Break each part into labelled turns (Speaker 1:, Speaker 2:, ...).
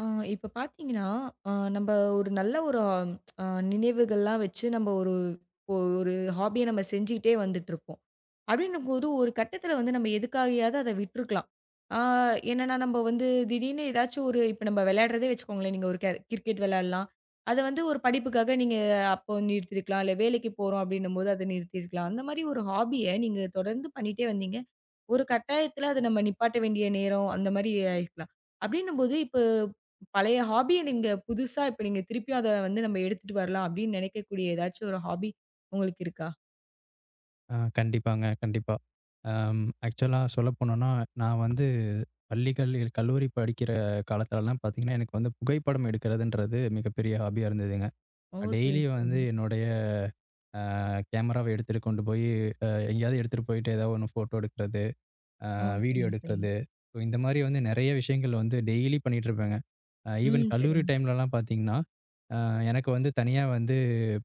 Speaker 1: ஆ இப்ப பார்த்தீங்கன்னா, நம்ப ஒரு நல்ல ஒரு அ நினைவுகள்லாம் வச்சு நம்ம ஒரு ஒரு ஹாபிய நம்ம செஞ்சுகிட்டே வந்துட்டுருப்போம். அப்படின்னும்போது ஒரு கட்டத்தில வந்து நம்ம எதுக்காகயாவது அத விட்டுருக்கலாம். ஆ என்னன்னா நம்ம வந்து திடீர்னு ஏதாச்சும் ஒரு இப்ப நம்ம விளையாடுறதே வச்சுக்கோங்களேன், நீங்க ஒரு கிரிக்கெட் விளையாடலாம். அத வந்து ஒரு படிப்புக்காக நீங்க அப்போ நிறுத்தியிருக்கலாம். இல்ல வேலைக்கு போறோம் அப்படின்னும்போது அத நிறுத்தியிருக்கலாம். அந்த மாரி ஒரு ஹாபிய நீங்க தொடர்ந்து பண்ணிட்டே வந்தீங்க. ஒரு கட்டாயத்துல அத நம்ம நிப்பாட்ட வேண்டிய நேரம் அந்த மாரி ஆயிருக்கலாம். அப்டின்னும்போது, இப்ப பழைய ஹாபிய நீங்க புதுசா இப்ப நீங்க திருப்பியும் அத வந்து நம்ம எடுத்துட்டு வரலாம் அப்டின்னு நினைக்கக்கூடிய ஏதாச்சும் ஒரு ஹாபி உங்களுக்கு இருக்கா?
Speaker 2: ஆ கண்டிப்பாங்க, கண்டிப்பா. ஆக்சுவலா சொல்லப்போனோம்னா, நான் வந்து பள்ளிகள் கல்லூரி படிக்கிற காலத்துலலாம் பார்த்தீங்கன்னா, எனக்கு வந்து புகைப்படம் எடுக்கிறதுன்றது மிகப்பெரிய ஹாபியா இருந்ததுங்க.
Speaker 1: ஓ! சரி,
Speaker 2: டெய்லி வந்து
Speaker 1: சரிங்க.
Speaker 2: என்னுடைய கேமராவ எடுத்துட்டு கொண்டு போய் எங்கேயாவது எடுத்துட்டு போயிட்டு ஏதாவது ஒண்ணு ஃபோட்டோ எடுக்கிறது, அ
Speaker 1: ஓ!
Speaker 2: வீடியோ
Speaker 1: சரிங்க, சரிங்க.
Speaker 2: எடுக்கிறது. ஸோ இந்த மாரி வந்து நெறைய விஷயங்கள் வந்து டெய்லி பண்ணிட்டு இருப்பேங்க. ஈவன்
Speaker 1: ம்.
Speaker 2: கல்லூரி
Speaker 1: சரிங்க.
Speaker 2: டைம்லலாம் பார்த்தீங்கன்னா அ எனக்கு வந்து தனியா வந்து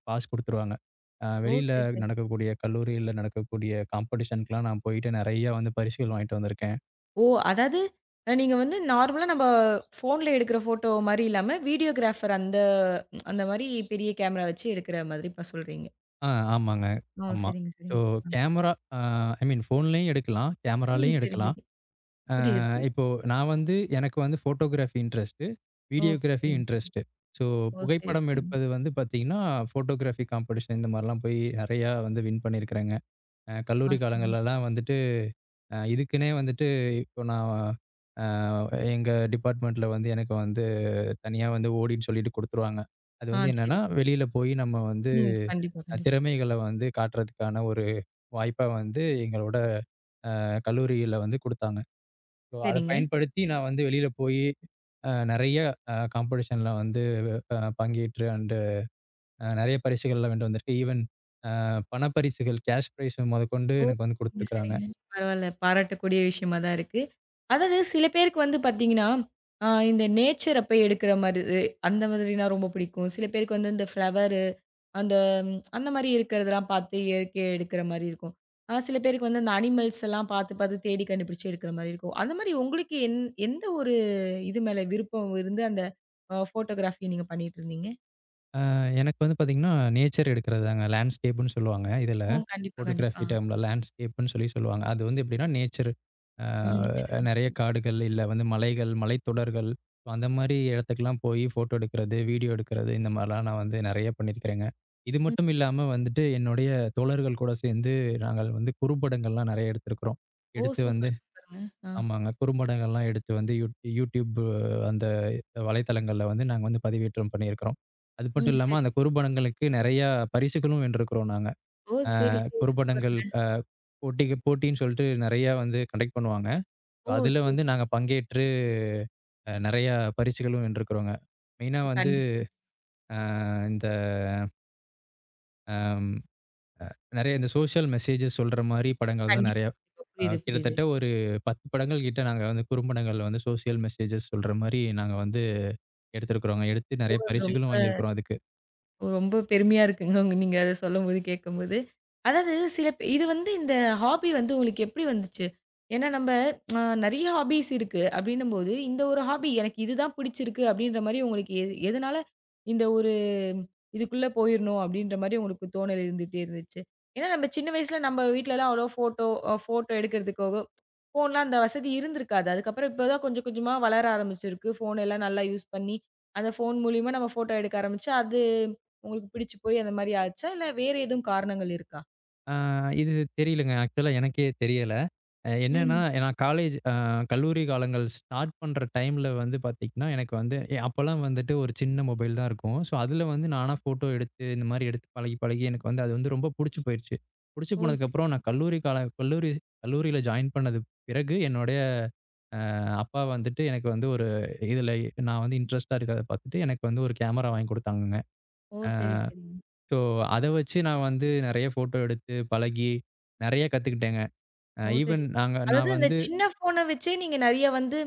Speaker 2: பாஸ் குடுத்துருவாங்க.
Speaker 1: ஓ!
Speaker 2: வெளியில
Speaker 1: சரி, சரி.
Speaker 2: நடக்கக்கூடிய கல்லூரியில நடக்கக்கூடிய காம்படிஷன்க்குலாம் நான் போயிட்டு நெறையா வந்து பரிசுகள் வாங்கிட்டு வந்திருக்கேன்.
Speaker 1: ஓ! அதாவது, நீங்க வந்து நார்மலா நம்ம ஃபோன்ல எடுக்கிற ஃபோட்டோ மாரி இல்லாம வீடியோகிராஃபர் அந்த அந்த மாரி பெரிய கேமரா வச்சு எடுக்கிற மாதிரி இப்ப சொல்றீங்க.
Speaker 2: ஆ ஆமாங்க.
Speaker 1: ஓ!
Speaker 2: ஆமா.
Speaker 1: சரிங்க,
Speaker 2: ஸோ
Speaker 1: சரிங்க. அ.
Speaker 2: கேமரா அ ஐ மீன் ஃபோன்லயும் எடுக்கலாம்.
Speaker 1: ம்.
Speaker 2: கேமராலயும்
Speaker 1: சரி,
Speaker 2: எடுக்கலாம்.
Speaker 1: சரி. புரியுது, புரியுது.
Speaker 2: இப்போ நான் வந்து எனக்கு வந்து ஃபோட்டோகிராஃபி இன்ட்ரெஸ்ட்டு.
Speaker 1: ஓ!
Speaker 2: வீடியோகிராஃபி
Speaker 1: சரிங்க, சரிங்க.
Speaker 2: இன்ட்ரெஸ்ட்டு. ஸோ
Speaker 1: ஓ! சரி,
Speaker 2: புகைப்படம்
Speaker 1: சரிங்க.
Speaker 2: எடுப்பது வந்து பார்த்தீங்கன்னா, ஃபோட்டோகிராஃபி காம்படிஷன் இந்த மாரிலாம் போய் நெறையா வந்து வின் பண்ணியிருக்கிறேங்க.
Speaker 1: ஆ,
Speaker 2: கல்லூரி
Speaker 1: சரிங்க.
Speaker 2: காலங்கள்லலாம் வந்துட்டு இதுக்குன்னே வந்துட்டு இப்போ நான் அ எங்க டிபார்ட்மெண்ட்ல வந்து எனக்கு வந்து தனியா வந்து ஓடின்னு சொல்லிட்டு குடுத்துருவாங்க. அது
Speaker 1: ஆ,
Speaker 2: வந்து
Speaker 1: சரி,
Speaker 2: என்னன்னா,
Speaker 1: சரி.
Speaker 2: வெளியில போய் நம்ம வந்து
Speaker 1: ம். கண்டிப்பா, கண்டிப்பா.
Speaker 2: திறமைகள வந்து காட்டுறதுக்கான ஒரு வாய்ப்பா வந்து எங்களோட கல்லூரியில வந்து குடுத்தாங்க. ஸோ அத
Speaker 1: சரிங்க.
Speaker 2: பயன்படுத்தி நான் வந்து வெளியில போயி நெறைய காம்படிஷன்ல வந்து பங்கேற்று அண்டு நெறைய பரிசுகள்லாம் வென்று வந்திருக்கேன். ஈவன் பணப்பரிசுகள், கேஷ் பிரைஸ் மொதற்கொண்டு
Speaker 1: ஓ!
Speaker 2: எனக்கு வந்து
Speaker 1: சரிங்க,
Speaker 2: குடுத்துருக்காங்க.
Speaker 1: சரிங்க. பரவால்ல. பாராட்டக்கூடிய விஷயமா தான் இருக்கு. அதாவது சில பேருக்கு வந்து பார்த்தீங்கன்னா, இந்த நேச்சர போய் எடுக்கிற மாரி இது அந்த மாதிரினா ரொம்ப பிடிக்கும். சில பேருக்கு வந்து இந்த ஃப்ளவரு, அந்த அந்த மாரி இருக்கிறதெல்லாம் பார்த்து இயற்கையா எடுக்கிற மாரி இருக்கும். சில பேருக்கு வந்து அந்த அனிமல்ஸ் எல்லாம் பார்த்து, பார்த்து தேடி கண்டுபிடிச்சு எடுக்கிற மாரி இருக்கும். அந்த மாரி உங்களுக்கு எந்த ஒரு இது மேல விருப்பம் இருந்து அந்த ஃபோட்டோகிராஃபி நீங்க பண்ணிட்டு இருந்தீங்க?
Speaker 2: அ எனக்கு வந்து பார்த்தீங்கன்னா, நேச்சர் எடுக்கிறதுதாங்க. லேண்ட்ஸ்கேப்ன்னு சொல்லுவாங்க இதுல.
Speaker 1: ஓ! கண்டிப்பா, கண்டிப்பா.
Speaker 2: ஃபோட்டோகிராஃபி டேர்ம்ல லேண்ட்ஸ்கேப்ன்னு சொல்லி சொல்லுவாங்க. அது வந்து எப்படின்னா நேச்சர்
Speaker 1: ம். சரிங்க,
Speaker 2: நெறைய
Speaker 1: சரிங்க.
Speaker 2: காடுகள், இல்ல வந்து மலைகள், மலைத்தொடர்கள். so அந்த மாரி இடத்துக்குலாம் போயி ஃபோட்டோ எடுக்கிறது, வீடியோ எடுக்கிறது இந்த மாரிலாம் நான் வந்து நெறைய பண்ணியிருக்கிறேங்க. இது
Speaker 1: ம்.
Speaker 2: மட்டும் இல்லாம வந்துட்டு என்னுடைய தோழர்கள் கூட சேர்ந்து நாங்கள் வந்து குறும்படங்கள்லாம் நெறைய எடுத்திருக்கிறோம்.
Speaker 1: ஓ!
Speaker 2: எடுத்து வந்து
Speaker 1: சூப்பர், சூப்பருங்க. ஆ.
Speaker 2: ஆமாங்க. குறும்படங்கள்லாம் எடுத்து வந்து YouTube அந்த வலைத்தளங்கள்ல வந்து நாங்க வந்து பதிவேற்றம் பண்ணியிருக்கிறோம். அது
Speaker 1: ம்.
Speaker 2: மட்டும் இல்லாம
Speaker 1: சரி.
Speaker 2: அந்த குறும்படங்களுக்கு நெறைய பரிசுகளும் வென்றிருக்கிறோம் நாங்க.
Speaker 1: ஓ! சரி, சரி.
Speaker 2: குறும்படங்கள்
Speaker 1: சூப்பருங்க.
Speaker 2: போட்டிக்கு போட்டின்னு சொல்லிட்டு நெறையா வந்து கண்டக்ட் பண்ணுவாங்க.
Speaker 1: ஓ! சரி,
Speaker 2: அதுல
Speaker 1: சரி.
Speaker 2: வந்து நாங்க பங்கேற்று நெறையா பரிசுகளும் வென்றுருக்குறோங்க. மெயினா வந்து
Speaker 1: கண்டிப்பா,
Speaker 2: அ இந்த அ நெறைய இந்த சோஷியல் மெசேஜஸ் சொல்ற மாரி படங்கள் தான் நெறையா
Speaker 1: கண்டிப்பா. புரியுது, புரியுது.
Speaker 2: கிட்டத்தட்ட ஒரு 10 படங்கள் கிட்ட நாங்க வந்து குறும்படங்கள்ல வந்து சோஷியல் மெசேஜஸ் சொல்ற மாரி நாங்க வந்து எடுத்திருக்கிறோங்க. எடுத்து
Speaker 1: ஓ!
Speaker 2: நெறைய பரிசுகளும்
Speaker 1: ரொம்ப
Speaker 2: வாங்கியிருக்கிறோம் அதுக்கு.
Speaker 1: ரொம்ப பெருமையா இருக்குங்க. நீங்க அத சொல்லும்போது, கேட்கும்போது. அதாவது சில பே இது வந்து இந்த ஹாபி வந்து உங்களுக்கு எப்படி வந்துச்சு? ஏன்னா நம்ப நெறைய ஹாபீஸ் இருக்கு அப்படின்னும்போது, இந்த ஒரு ஹாபி எனக்கு இதுதான் பிடிச்சிருக்கு அப்படின்ற மாரி உங்களுக்கு எது எதனால இந்த ஒரு இதுக்குள்ள போயிரணும் அப்படின்ற மாரி உங்களுக்கு தோணல் இருந்துட்டே இருந்துச்சு? ஏன்னா நம்ம சின்ன வயசுல நம்ம வீட்லலாம் அவ்வளோ ஃபோட்டோ எடுக்கிறதுக்காக ஃபோன்லாம் அந்த வசதி இருந்திருக்காது. அதுக்கப்புறம் இப்போ தான் கொஞ்சம் கொஞ்சமா வளர ஆரம்பிச்சிருக்கு. ஃபோன் எல்லாம் நல்லா யூஸ் பண்ணி, அந்த ஃபோன் மூலியமா நம்ம ஃபோட்டோ எடுக்க ஆரம்பிச்சு, அது உங்களுக்கு பிடிச்சு போய் அந்த மாரி ஆச்சா? இல்ல வேற எதுவும் காரணங்கள் இருக்கா?
Speaker 2: அ இது தெரியலங்க. ஆக்சுவலா எனக்கே தெரியல. என்னன்னா,
Speaker 1: ம்.
Speaker 2: நான் காலேஜ் கல்லூரி காலங்கள் ஸ்டார்ட் பண்ற டைம்ல வந்து பாத்தீங்கன்னா, எனக்கு வந்து அப்பலாம் வந்துட்டு ஒரு சின்ன மொபைல் தான் இருக்கும். ஸோ, அதுல வந்து நானா ஃபோட்டோ எடுத்து, இந்த மாரி எடுத்து பழகி எனக்கு வந்து அது வந்து ரொம்ப புடிச்சு போயிருச்சு. புடிச்சு
Speaker 1: ஓ! சரி.
Speaker 2: போனதுக்கப்புறம் நான் கல்லூரி கால கல்லூரி கல்லூரியில ஜாயின் பண்ணது பிறகு என்னுடைய அ அப்பா வந்துட்டு எனக்கு வந்து ஒரு இதுல நான் வந்து இன்ட்ரெஸ்ட்டா இருக்கிறத பாத்துட்டு, எனக்கு வந்து ஒரு கேமரா வாங்கி குடுத்தாங்கங்க.
Speaker 1: ஓ! சரி, சரிங்க.
Speaker 2: ஸோ, அத வச்சு நான் வந்து நெறைய ஃபோட்டோ எடுத்து பழகி, நெறைய கத்துக்கிட்டேங்க.
Speaker 1: ஓ! சரி.
Speaker 2: ஈவன் நாங்க
Speaker 1: அதாவது
Speaker 2: நான்
Speaker 1: அந்த
Speaker 2: வந்து
Speaker 1: சின்ன ஃபோன வச்சே நீங்க நெறைய வந்து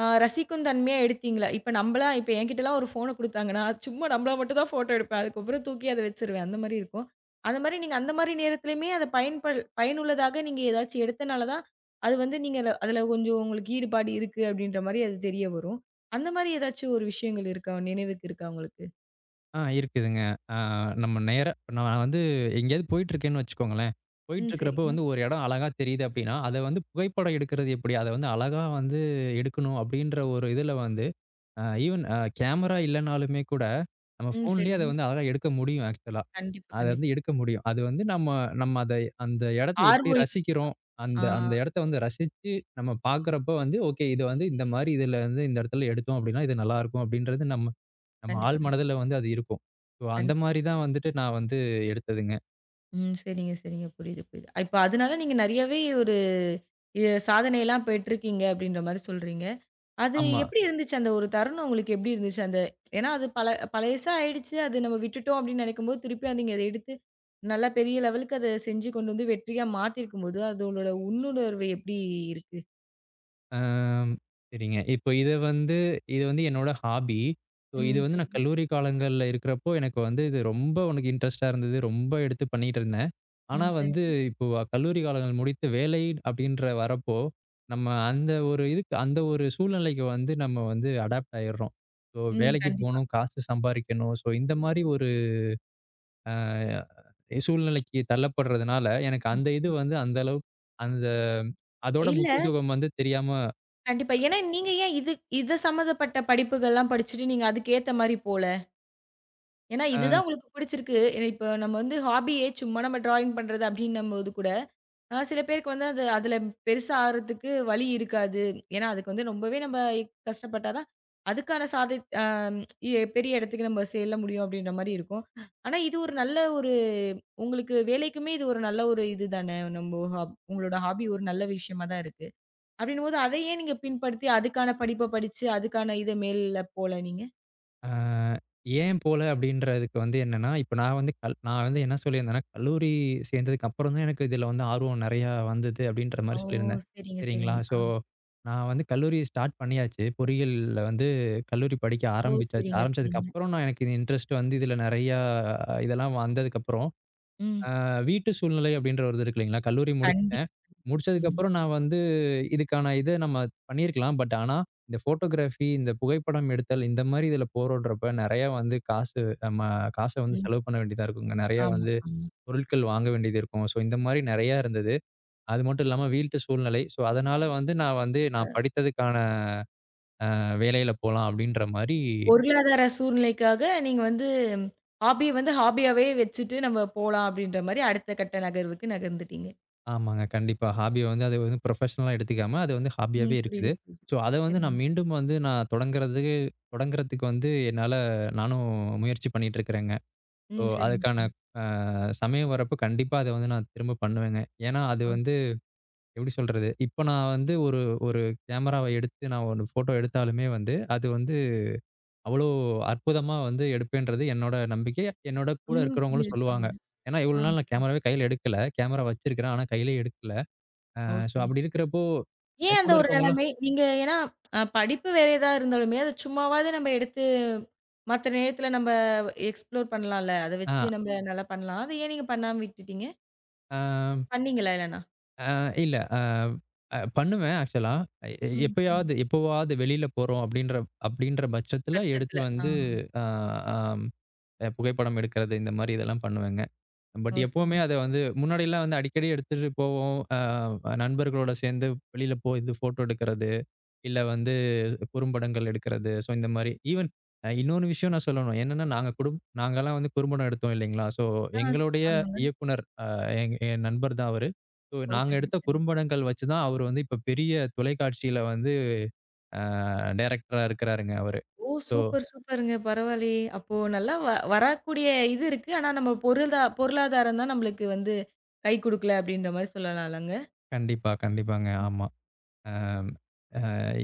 Speaker 1: ரசிக்கும் தன்மையா எடுத்தீங்களா? இப்ப நம்பளா இப்ப என்கிட்டலாம் ஒரு ஃபோன குடுத்தாங்கன்னா, சும்மா நம்பளா மட்டும் தான் ஃபோட்டோ எடுப்பேன். அதுக்கப்புறம் தூக்கி அத வச்சுருவேன். அந்த மாரி இருக்கும். அந்த மாரி நீங்க அந்த மாரி நேரத்துலயுமே அத பயனுள்ளதாக நீங்க ஏதாச்சும் எடுத்தனால தான், அது வந்து நீங்க அதுல கொஞ்சம் உங்களுக்கு ஈடுபாடு இருக்கு அப்டின்ற மாரி அது தெரிய வரும். அந்த மாரி ஏதாச்சும் ஒரு விஷயங்கள் இருக்கா? நினைவுக்கு இருக்கா உங்களுக்கு?
Speaker 2: ஆ இருக்குதுங்க. ஆ நம்ம நேரா இப்ப நான் வந்து எங்கேயாவது போயிட்டுருக்கேன்னு வச்சுக்கோங்களேன்.
Speaker 1: ம்.
Speaker 2: போயிட்டுருக்கிறப்போ
Speaker 1: சரிங்க.
Speaker 2: வந்து ஒரு இடம் அழகா தெரியுது அப்டின்னா, அத வந்து புகைப்படம் எடுக்கிறது எப்படி? அத வந்து அழகா வந்து எடுக்கணும் அப்டின்ற ஒரு இதில வந்து ஈவன் கேமரா இல்லனாலுமே கூட நம்ம
Speaker 1: ம்.
Speaker 2: ஃபோன்லேயே அத
Speaker 1: சரிங்க.
Speaker 2: வந்து அழகா எடுக்க முடியும் ஆக்சுவலா.
Speaker 1: கண்டிப்பா,
Speaker 2: அத
Speaker 1: கண்டிப்பா.
Speaker 2: வந்து எடுக்க முடியும். அது வந்து நம்ம நம்ம அத அந்த இடத்த எப்படி
Speaker 1: ஆர்வம்
Speaker 2: ரசிக்கிறோம்? அந்த
Speaker 1: ஆ
Speaker 2: அந்த இடத்த வந்து ரசிச்சு நம்ம பார்க்குறப்போ வந்து, ஓகே இது வந்து இந்த மாரி இதில வந்து இந்த இடத்துல எடுத்தோம் அப்டின்னா, இது நல்லாயிருக்கும் அப்டின்றது நம்ம நம்ம
Speaker 1: கண்டிப்பா,
Speaker 2: ஆழ்
Speaker 1: கண்டிப்பா,
Speaker 2: மனதில வந்து அது இருக்கும். ஸோ அந்த
Speaker 1: கண்டிப்பா.
Speaker 2: மாரி தான் வந்துட்டு நான் வந்து எடுத்ததுங்க.
Speaker 1: ம். சரிங்க, சரிங்க. புரியுது, புரியுது. இப்ப அதனால நீங்க நெறையவே ஒரு சாதனையெல்லாம் பெற்றிருக்கீங்க அப்படின்ற மாரி சொல்றீங்க. அது
Speaker 2: ஆமா.
Speaker 1: எப்படி இருந்துச்சு? அந்த ஒரு தருணம் உங்களுக்கு எப்படி இருந்துச்சு? ஏன்னா அது பழசா ஆயிடுச்சு. அது நம்ம விட்டுட்டோம் அப்படின்னு நெனைக்கும்போது, திருப்பி நீங்க அத எடுத்து நல்லா பெரிய லெவலுக்கு அத செஞ்சு கொண்டு வந்து வெற்றியா மாத்தியிருக்கும்போது, அதோட உள்ளுணர்வு எப்படி இருக்கு?
Speaker 2: அம் சரிங்க. இப்போ இத வந்து இது வந்து என்னோட ஹாபி. ஸோ இது
Speaker 1: ம்.
Speaker 2: வந்து நான்
Speaker 1: சரிங்க.
Speaker 2: கல்லூரி காலங்கள்ல இருக்கிறப்போ, எனக்கு வந்து இது ரொம்ப உனக்கு இன்ட்ரெஸ்ட்டா இருந்தது. ரொம்ப எடுத்து பண்ணிட்டு இருந்தேன். ஆனா
Speaker 1: ம்.
Speaker 2: வந்து
Speaker 1: சரி.
Speaker 2: இப்போ கல்லூரி காலங்கள் முடித்து வேலை அப்படின்ற வரப்போ, நம்ம அந்த ஒரு இதுக்கு அந்த ஒரு சூழ்நிலைக்கு வந்து நம்ம வந்து அடாப்ட் ஆயிடுறோம். ஸோ
Speaker 1: ம்.
Speaker 2: வேலைக்கு
Speaker 1: கண்டிப்பா.
Speaker 2: போணும், காசு சம்பாரிக்கணும். ஸோ இந்த மாரி ஒரு அ சூழ்நிலைக்கு தள்ளப்படுறதுனால, எனக்கு அந்த இது வந்து அந்த அளவு அந்த அதோட
Speaker 1: இல்ல
Speaker 2: முக்கியத்துவம் வந்து தெரியாம,
Speaker 1: கண்டிப்பா. ஏன்னா நீங்க ஏன் இத சம்மந்தப்பட்ட படிப்புகள்லாம் படிச்சுட்டு நீங்க அதுக்கு ஏத்த மாரி போல? ஏன்னா
Speaker 2: ஆ.
Speaker 1: இதுதான் உங்களுக்கு பிடிச்சிருக்கு. ஏன்னா இப்ப நம்ம வந்து ஹாபியே சும்மா நம்ம டிராயிங் பண்றது அப்டின்னும்போது கூட, சில பேருக்கு வந்து அது அதுல பெருசா ஆர்றதுக்கு வழி இருக்காது. ஏன்னா அதுக்கு வந்து ரொம்பவே நம்ம கஷ்டப்பட்டா தான் அதுக்கான சாதி அ பெரிய இடத்துக்கு நம்ம செல்ல முடியும் அப்டின்ற மாரி இருக்கும். ஆனா இது ஒரு நல்ல ஒரு உங்களுக்கு வேலைக்குமே இது ஒரு நல்ல ஒரு இது தானே. நம்ம ஹா உங்களோட ஹாபி ஒரு நல்ல விஷயமா தான் இருக்கு. அப்படின்னும்போது, அதை ஏன் நீங்க பின்படுத்தி, அதுக்கான படிப்ப படிச்சு, அதுக்கான இத மேல்ல போல நீங்க?
Speaker 2: அ ஏன் போல அப்படின்றதுக்கு வந்து என்னன்னா, இப்ப நான் வந்து நான் வந்து என்ன சொல்லியிருந்தேன்னா, கல்லூரி சேர்ந்ததுக்கு அப்புறம் தான் எனக்கு இதில வந்து ஆர்வம் நெறையா வந்தது அப்படின்ற மாரி
Speaker 1: ஓ!
Speaker 2: சொல்லியிருந்தேன்.
Speaker 1: சரிங்க,
Speaker 2: சரிங்களா?
Speaker 1: சரிங்க.
Speaker 2: ஸோ,
Speaker 1: ஆ.
Speaker 2: நான் வந்து கல்லூரி ஸ்டார்ட் பண்ணியாச்சு. பொறியியல்ல வந்து கல்லூரி படிக்க
Speaker 1: ஓ!
Speaker 2: ஆரம்பிச்சாச்சு.
Speaker 1: சரிங்க,
Speaker 2: ஆரம்பிச்சதுக்கு
Speaker 1: சரிங்க.
Speaker 2: அப்புறம் எனக்கு இந்த இன்ட்ரெஸ்ட் வந்து இதில நெறையா இதெல்லாம் வந்ததுக்கப்புறம்
Speaker 1: ம்.
Speaker 2: வீட்டு சூழ்நிலை அப்படின்ற ஒரு இது இருக்கு இல்லைங்களா? கல்லூரி
Speaker 1: கண்டி
Speaker 2: முடிச்சுட்டேன்.
Speaker 1: ம்.
Speaker 2: முடிச்சதுக்கப்புறம் நான் வந்து இதுக்கான இத நம்ம பண்ணியிருக்கலாம். பட் ஆனா, இந்த ஃபோட்டோகிராஃபி, இந்த புகைப்படம் எடுத்தல், இந்த மாரி இதில போறோன்றப்ப நெறையா வந்து காசு நம்ம காச வந்து
Speaker 1: ம்.
Speaker 2: செலவு பண்ண வேண்டியதா இருக்குங்க. நெறையா
Speaker 1: ஆமா,
Speaker 2: வந்து
Speaker 1: ஆமா.
Speaker 2: பொருட்கள் வாங்க வேண்டியது இருக்கும். ஸோ, இந்த மாரி நெறையா இருந்தது. அது மட்டும் இல்லாம வீட்டு சூழ்நிலை. ஸோ, அதனால வந்து
Speaker 1: அ
Speaker 2: நான் படித்ததுக்கான வேலையில போலாம் அப்படின்ற மாரி
Speaker 1: பொருளாதார சூழ்நிலைக்காக நீங்க வந்து ஹாபிய வந்து ஹாபியாவே வச்சுட்டு நம்ம போலாம் அப்படின்ற மாரி அடுத்த கட்ட நகர்வுக்கு நகர்ந்துட்டீங்க.
Speaker 2: ஆமாங்க. கண்டிப்பா. ஹாபிய வந்து அது வந்து ப்ரொஃபஷனலா எடுத்துக்காம, அது வந்து ஹாபியாவே
Speaker 1: ம்.
Speaker 2: இருக்குது.
Speaker 1: புரியுது, புரியுது.
Speaker 2: ஸோ, அத வந்து
Speaker 1: சரிங்க.
Speaker 2: நான் மீண்டும் வந்து நான் தொடங்குறதுக்கு தொடங்குறதுக்கு வந்து என்னால நானும் முயற்சி பண்ணிட்டு இருக்கிறேங்க. ஸோ,
Speaker 1: ம். சரிங்க,
Speaker 2: அதுக்கான
Speaker 1: சரிங்க.
Speaker 2: அ சமயம் வரப்போ கண்டிப்பா அத வந்து நான் திரும்ப பண்ணுவேங்க. ஏன்னா, அது
Speaker 1: ஓ!
Speaker 2: வந்து எப்படி சொல்றது? இப்போ நான் வந்து ஒரு ஒரு கேமராவ எடுத்து நான் ஒரு ஃபோட்டோ எடுத்தாலுமே வந்து, அது வந்து அவ்வளோ அற்புதமா வந்து எடுப்பேன்றது என்னோட நம்பிக்கை. என்னோட கூட
Speaker 1: ம்.
Speaker 2: இருக்கிறவங்களும்
Speaker 1: புரியுது,
Speaker 2: சொல்லுவாங்க.
Speaker 1: புரியுது.
Speaker 2: ஏன்னா, இவ்வளோ
Speaker 1: ஆ.
Speaker 2: நாள் நான் கேமராவே கையில எடுக்கல. கேமரா வச்சிருக்கிறேன். ஆனா கையிலே எடுக்கல. அ
Speaker 1: ஓ!
Speaker 2: ஸோ
Speaker 1: சரி.
Speaker 2: அப்படி இருக்கிறப்போ
Speaker 1: ஏன்
Speaker 2: என்
Speaker 1: அந்த
Speaker 2: கூட
Speaker 1: ஒரு
Speaker 2: இருக்கவங்களும்
Speaker 1: நிலைமை? நீங்க ஏன்னா படிப்பு வேற ஏதா இருந்தாலுமே, அத சும்மாவாவது நம்ம எடுத்து மத்த நேரத்துல நம்ம எக்ஸ்ப்ளோர் பண்ணலாம்ல. அத
Speaker 2: ஆ
Speaker 1: வச்சு நம்ம நல்லா பண்ணலாம். அத ஏன் நீங்க பண்ணாம விட்டுட்டீங்க?
Speaker 2: அ
Speaker 1: பண்ணீங்களா இல்லன்னா?
Speaker 2: அ இல்ல. அ அ பண்ணுவேன் ஆக்சுவலா.
Speaker 1: ம். ம்.
Speaker 2: எப்பயாவது எப்போவாவது வெளியில போறோம் அப்படின்ற அப்படின்ற பட்சத்தில எடுத்து
Speaker 1: பட்சத்துல. ஆ.
Speaker 2: வந்து அ அம் புகைப்படம் எடுக்கிறது இந்த மாரி இதெல்லாம் பண்ணுவேங்க. பட்
Speaker 1: ஓ!
Speaker 2: எப்பவுமே
Speaker 1: சரிங்க.
Speaker 2: அத வந்து முன்னாடிலாம் வந்து அடிக்கடி எடுத்துட்டு போவோம். நண்பர்களோட சேர்ந்து வெளியில போய் இது ஃபோட்டோ எடுக்கிறது. இல்ல வந்து குறும்படங்கள் எடுக்கிறது. ஸோ இந்த மாரி ஈவன் இன்னொரு விஷயம் நான் சொல்லணும். என்னன்னா நாங்க நாங்கலாம் வந்து குறும்படம் எடுத்தோம் இல்லைங்களா? ஸோ
Speaker 1: ஆ,
Speaker 2: எங்களுடைய
Speaker 1: ஆமாங்க.
Speaker 2: இயக்குனர் என் என் நண்பர் தான் அவரு. ஸோ
Speaker 1: ஓ!
Speaker 2: நாங்க
Speaker 1: சரிங்க,
Speaker 2: எடுத்த
Speaker 1: சரிங்க.
Speaker 2: குறும்படங்கள் வச்சு தான் அவரு வந்து இப்ப பெரிய தொலைக்காட்சியில வந்து அ டைரக்டரா இருக்கிறாருங்க அவரு.
Speaker 1: ஓ!
Speaker 2: ஸோ
Speaker 1: சூப்பர், சூப்பருங்க. பரவாயில்லயே! அப்போ நல்லா வரக்கூடிய இது இருக்கு. ஆனா நம்ம பொருளாதாரம் தான் நம்மளுக்கு வந்து கை குடுக்கல அப்படின்ற மாரி சொல்லலாம்லங்க.
Speaker 2: கண்டிப்பா, கண்டிப்பாங்க. ஆமா. அ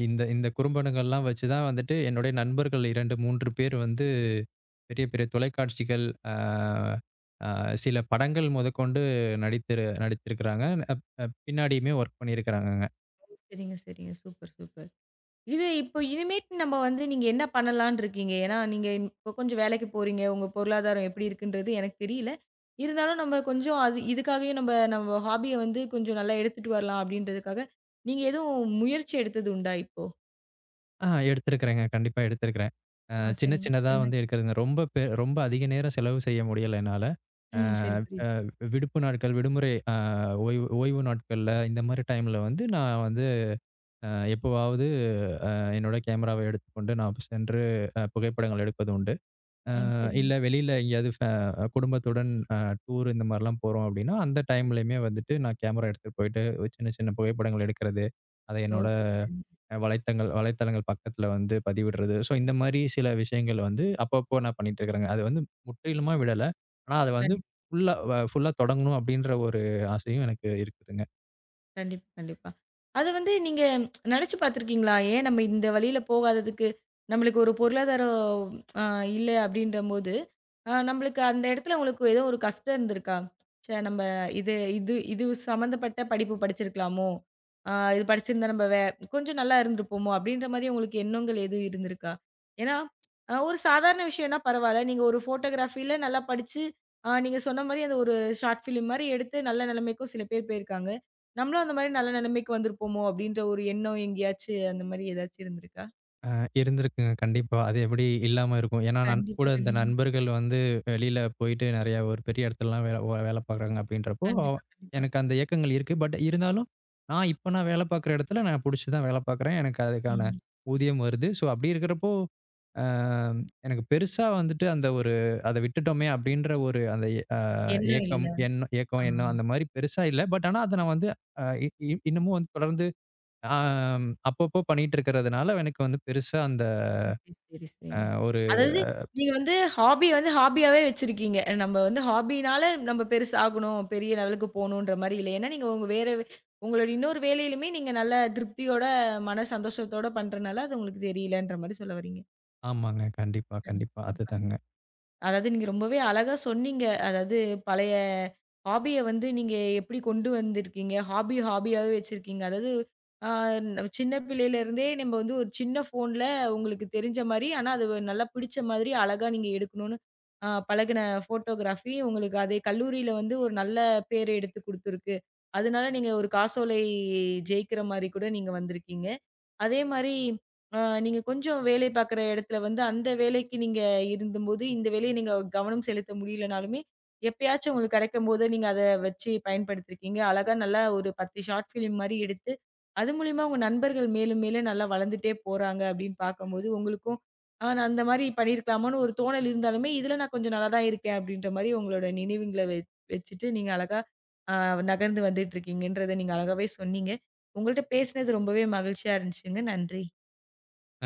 Speaker 2: இந்த இந்த குறும்படங்கள்லாம் வச்சு தான் வந்துட்டு என்னுடைய நண்பர்கள் 2, 3 பேர் வந்து பெரிய, பெரிய தொலைக்காட்சிகள், அ அ சில படங்கள் முதற்கொண்டு நடித்திருக்கிறாங்க. அப் அப் பின்னாடியுமே ஒர்க் பண்ணியிருக்கிறாங்கங்க.
Speaker 1: சரிங்க, சரிங்க. Super, super. இது இப்போ இனிமேட்டு நம்ம வந்து நீங்க என்ன பண்ணலான்னு இருக்கீங்க? ஏன்னா, நீங்க இப்போ கொஞ்சம் வேலைக்கு போறீங்க. உங்க பொருளாதாரம் எப்படி இருக்குன்றது எனக்கு தெரியல. இருந்தாலும் நம்ம கொஞ்சம் அது இதுக்காகவே நம்ம நம்ம ஹாபிய வந்து கொஞ்சம் நல்லா எடுத்துட்டு வரலாம் அப்படின்றதுக்காக, நீங்க எதுவும் முயற்சி எடுத்தது உண்டா இப்போ?
Speaker 2: ஆ எடுத்திருக்கிறேங்க. கண்டிப்பா எடுத்திருக்கிறேன். அ
Speaker 1: ஆ
Speaker 2: சின்ன,
Speaker 1: சரிங்க.
Speaker 2: சின்னதா
Speaker 1: என்ன?
Speaker 2: வந்து எடுக்கிறதுங்க. ரொம்ப ரொம்ப அதிக நேரம் செலவு செய்ய முடியல என்னால. அ
Speaker 1: ம் சரி புரியுது.
Speaker 2: விடுப்பு நாட்கள், விடுமுறை ஓய்வு ஓய்வு நாட்கள்ல இந்த மாரி டைம்ல வந்து நான் வந்து அ எப்போவாவது என்னோட கேமராவை எடுத்துக்கொண்டு நான் சென்று புகைப்படங்கள் எடுப்பது உண்டு.
Speaker 1: ம் சரிங்க.
Speaker 2: இல்ல வெளியில எங்கேயாவது குடும்பத்துடன் டூர் இந்த மாரிலாம் போறோம் அப்படின்னா, அந்த டைம்லயுமே வந்துட்டு நான் கேமரா எடுத்துட்டு போயிட்டு ஒரு சின்ன சின்ன புகைப்படங்கள் எடுக்கிறது. அதை
Speaker 1: ஓ!
Speaker 2: என்னோட
Speaker 1: சரி, சரிங்க.
Speaker 2: வலைத்தளங்கள் பக்கத்துல வந்து பதிவிடுறது. ஸோ இந்த மாரி சில விஷயங்கள் வந்து அப்பப்போ நான் பண்ணிட்டு இருக்கிறேங்க. அது வந்து முற்றிலுமா விடல. ஆனா அத
Speaker 1: கண்
Speaker 2: வந்து ஃபுல்லா தொடங்கணும் அப்படின்ற ஒரு ஆசையும் எனக்கு இருக்குதுங்க.
Speaker 1: கண்டிப்பா, கண்டிப்பா. அது வந்து நீங்க நெனச்சு பார்த்துருக்கீங்களா? ஏன் நம்ம இந்த வழியில போகாததுக்கு, நம்மளுக்கு ஒரு பொருளாதாரம் அ இல்ல அப்டின்றம்போது, நம்மளுக்கு அந்த இடத்துல உங்களுக்கு ஏதோ ஒரு கஷ்டம் இருந்திருக்கா? ச்சே நம்ம இது இது இது சம்மந்தப்பட்ட படிப்பு படிச்சிருக்கலாமோ? இது படிச்சிருந்தா நம்ம கொஞ்சம் நல்லா இருந்திருப்போமோ? அப்டின்ற மாரி உங்களுக்கு எண்ணங்கள் எதுவும் இருந்திருக்கா? ஏன்னா, ஒரு சாதாரண விஷயம்னா பரவால்ல. நீங்க ஒரு ஃபோட்டோகிராஃபில நல்லா படிச்சு, நீங்க சொன்ன மாரி அந்த ஒரு ஷார்ட் ஃபிலிம் மாரி எடுத்து நல்ல நிலைமைக்கும் சில பேர் போயிருக்காங்க. நம்மளும் அந்த மாரி நல்ல நிலைமைக்கு வந்திருப்போமோ! அப்டின்ற ஒரு எண்ணம் எங்கேயாச்சு அந்த மாரி ஏதாச்சும் இருந்திருக்கா?
Speaker 2: அ இருந்திருக்குங்க. கண்டிப்பா. அது எப்படி இல்லாம இருக்கும். ஏன்னா, நன் கூட
Speaker 1: கண்டிப்பா,
Speaker 2: இருந்த
Speaker 1: கண்டிப்பா.
Speaker 2: நண்பர்கள் வந்து வெளியில போயிட்டு நெறையா ஒரு பெரிய இடத்துலலாம் வேல பார்க்குறாங்க அப்படின்றப்போ,
Speaker 1: கண்டிப்பா, கண்டிப்பா.
Speaker 2: எனக்கு அந்த ஏக்கங்கள் இருக்கு. பட் இருந்தாலும், நான் வேல பார்க்குற இடத்துல நான் புடிச்சு தான் வேல பார்க்குறேன். எனக்கு அதுக்கான
Speaker 1: ம்.
Speaker 2: ஊதியம் வருது. ஸோ அப்படி இருக்கிறப்போ, அ எனக்கு பெருசா வந்துட்டு அந்த ஒரு "அத விட்டுட்டோமே!" அப்படின்ற ஒரு அந்த எ அ
Speaker 1: எண்ணம் இல்ல.
Speaker 2: ஏக்கம்,
Speaker 1: ஆ.
Speaker 2: எண்ணம் அந்த மாரி பெருசா இல்ல. பட் ஆனா, அத நான் வந்து அ இ இ இன்னமும் வந்து தொடர்ந்து ஆ அப்பப்போ பண்ணிட்டு இருக்கிறதுனால எனக்கு வந்து பெருசா அந்த
Speaker 1: ஓகே. சரி,
Speaker 2: அ
Speaker 1: சரிங்க.
Speaker 2: ஒரு
Speaker 1: அதாவது நீங்க வந்து ஹாபி வந்து ஹாபியாவே வச்சிருக்கீங்க. நம்ம வந்து ஹாபினால நம்ம பெருசாகணும், பெரிய லெவலுக்கு போணுன்ற மாரி இல்ல. ஏன்னா நீங்க உங்களோட இன்னொரு வேலையிலுமே நீங்க நல்ல திருப்தியோட, மன சந்தோஷத்தோட பண்றனால, அது உங்களுக்கு தெரியலன்ற மாரி சொல்ல வர்றீங்க.
Speaker 2: ஆமாங்க. கண்டிப்பா, கண்டிப்பா.
Speaker 1: கண்டிப்பா.
Speaker 2: அதுதாங்க.
Speaker 1: அதாவது நீங்க ரொம்பவே அழகா சொன்னீங்க. அதாவது பழைய ஹாபிய வந்து நீங்க எப்படி கொண்டு வந்திருக்கீங்க? ஹாபி ஹாபியாவே வச்சிருக்கீங்க. அதாவது ஆ சின்ன பிள்ளையிலருந்தே நம்ம வந்து ஒரு சின்ன ஃபோன்ல உங்களுக்கு தெரிஞ்ச மாரி, ஆனா அது ஒரு நல்லா பிடிச்ச மாதிரி அழகா நீங்க எடுக்கணும்னு பழகுன ஃபோட்டோகிராஃபி உங்களுக்கு அதே கல்லூரியில வந்து ஒரு நல்ல பேர் எடுத்து குடுத்துருக்கு. அதனால நீங்க ஒரு காசோலை ஜெயிக்கிற மாரி கூட நீங்க வந்திருக்கீங்க. அதே மாரி, அ நீங்க கொஞ்சம் வேலை பார்க்குற இடத்துல வந்து, அந்த வேலைக்கு நீங்க இருந்தம்போது, இந்த வேலைய நீங்க கவனம் செலுத்த முடியலனாலுமே, எப்பயாச்சும் உங்களுக்கு கிடைக்கும்போது, நீங்க அத வச்சு பயன்படுத்தியிருக்கீங்க. அழகா நல்லா ஒரு 10 ஷார்ட் ஃபிலிம் மாரி எடுத்து, அது மூலியமா உங்க நண்பர்கள் மேலும் மேலும் நல்லா வளர்ந்துட்டே போறாங்க அப்படின்னு பார்க்கும்போது, உங்களுக்கும் "ஆ நான் அந்த மாரி பண்ணியிருக்கலாமான்னு" ஒரு தோணல் இருந்தாலுமே, "இதுல நான் கொஞ்சம் நல்லா தான் இருக்கேன்" அப்படின்ற மாரி உங்களோட நினைவுங்கள வச்சுட்டு, நீங்க அழகா அ நகர்ந்து வந்துட்டுருக்கீங்கன்றத நீங்க அழகாவே சொன்னீங்க. உங்கள்ட்ட பேசினது ரொம்பவே மகிழ்ச்சியா இருந்துச்சுங்க. நன்றி.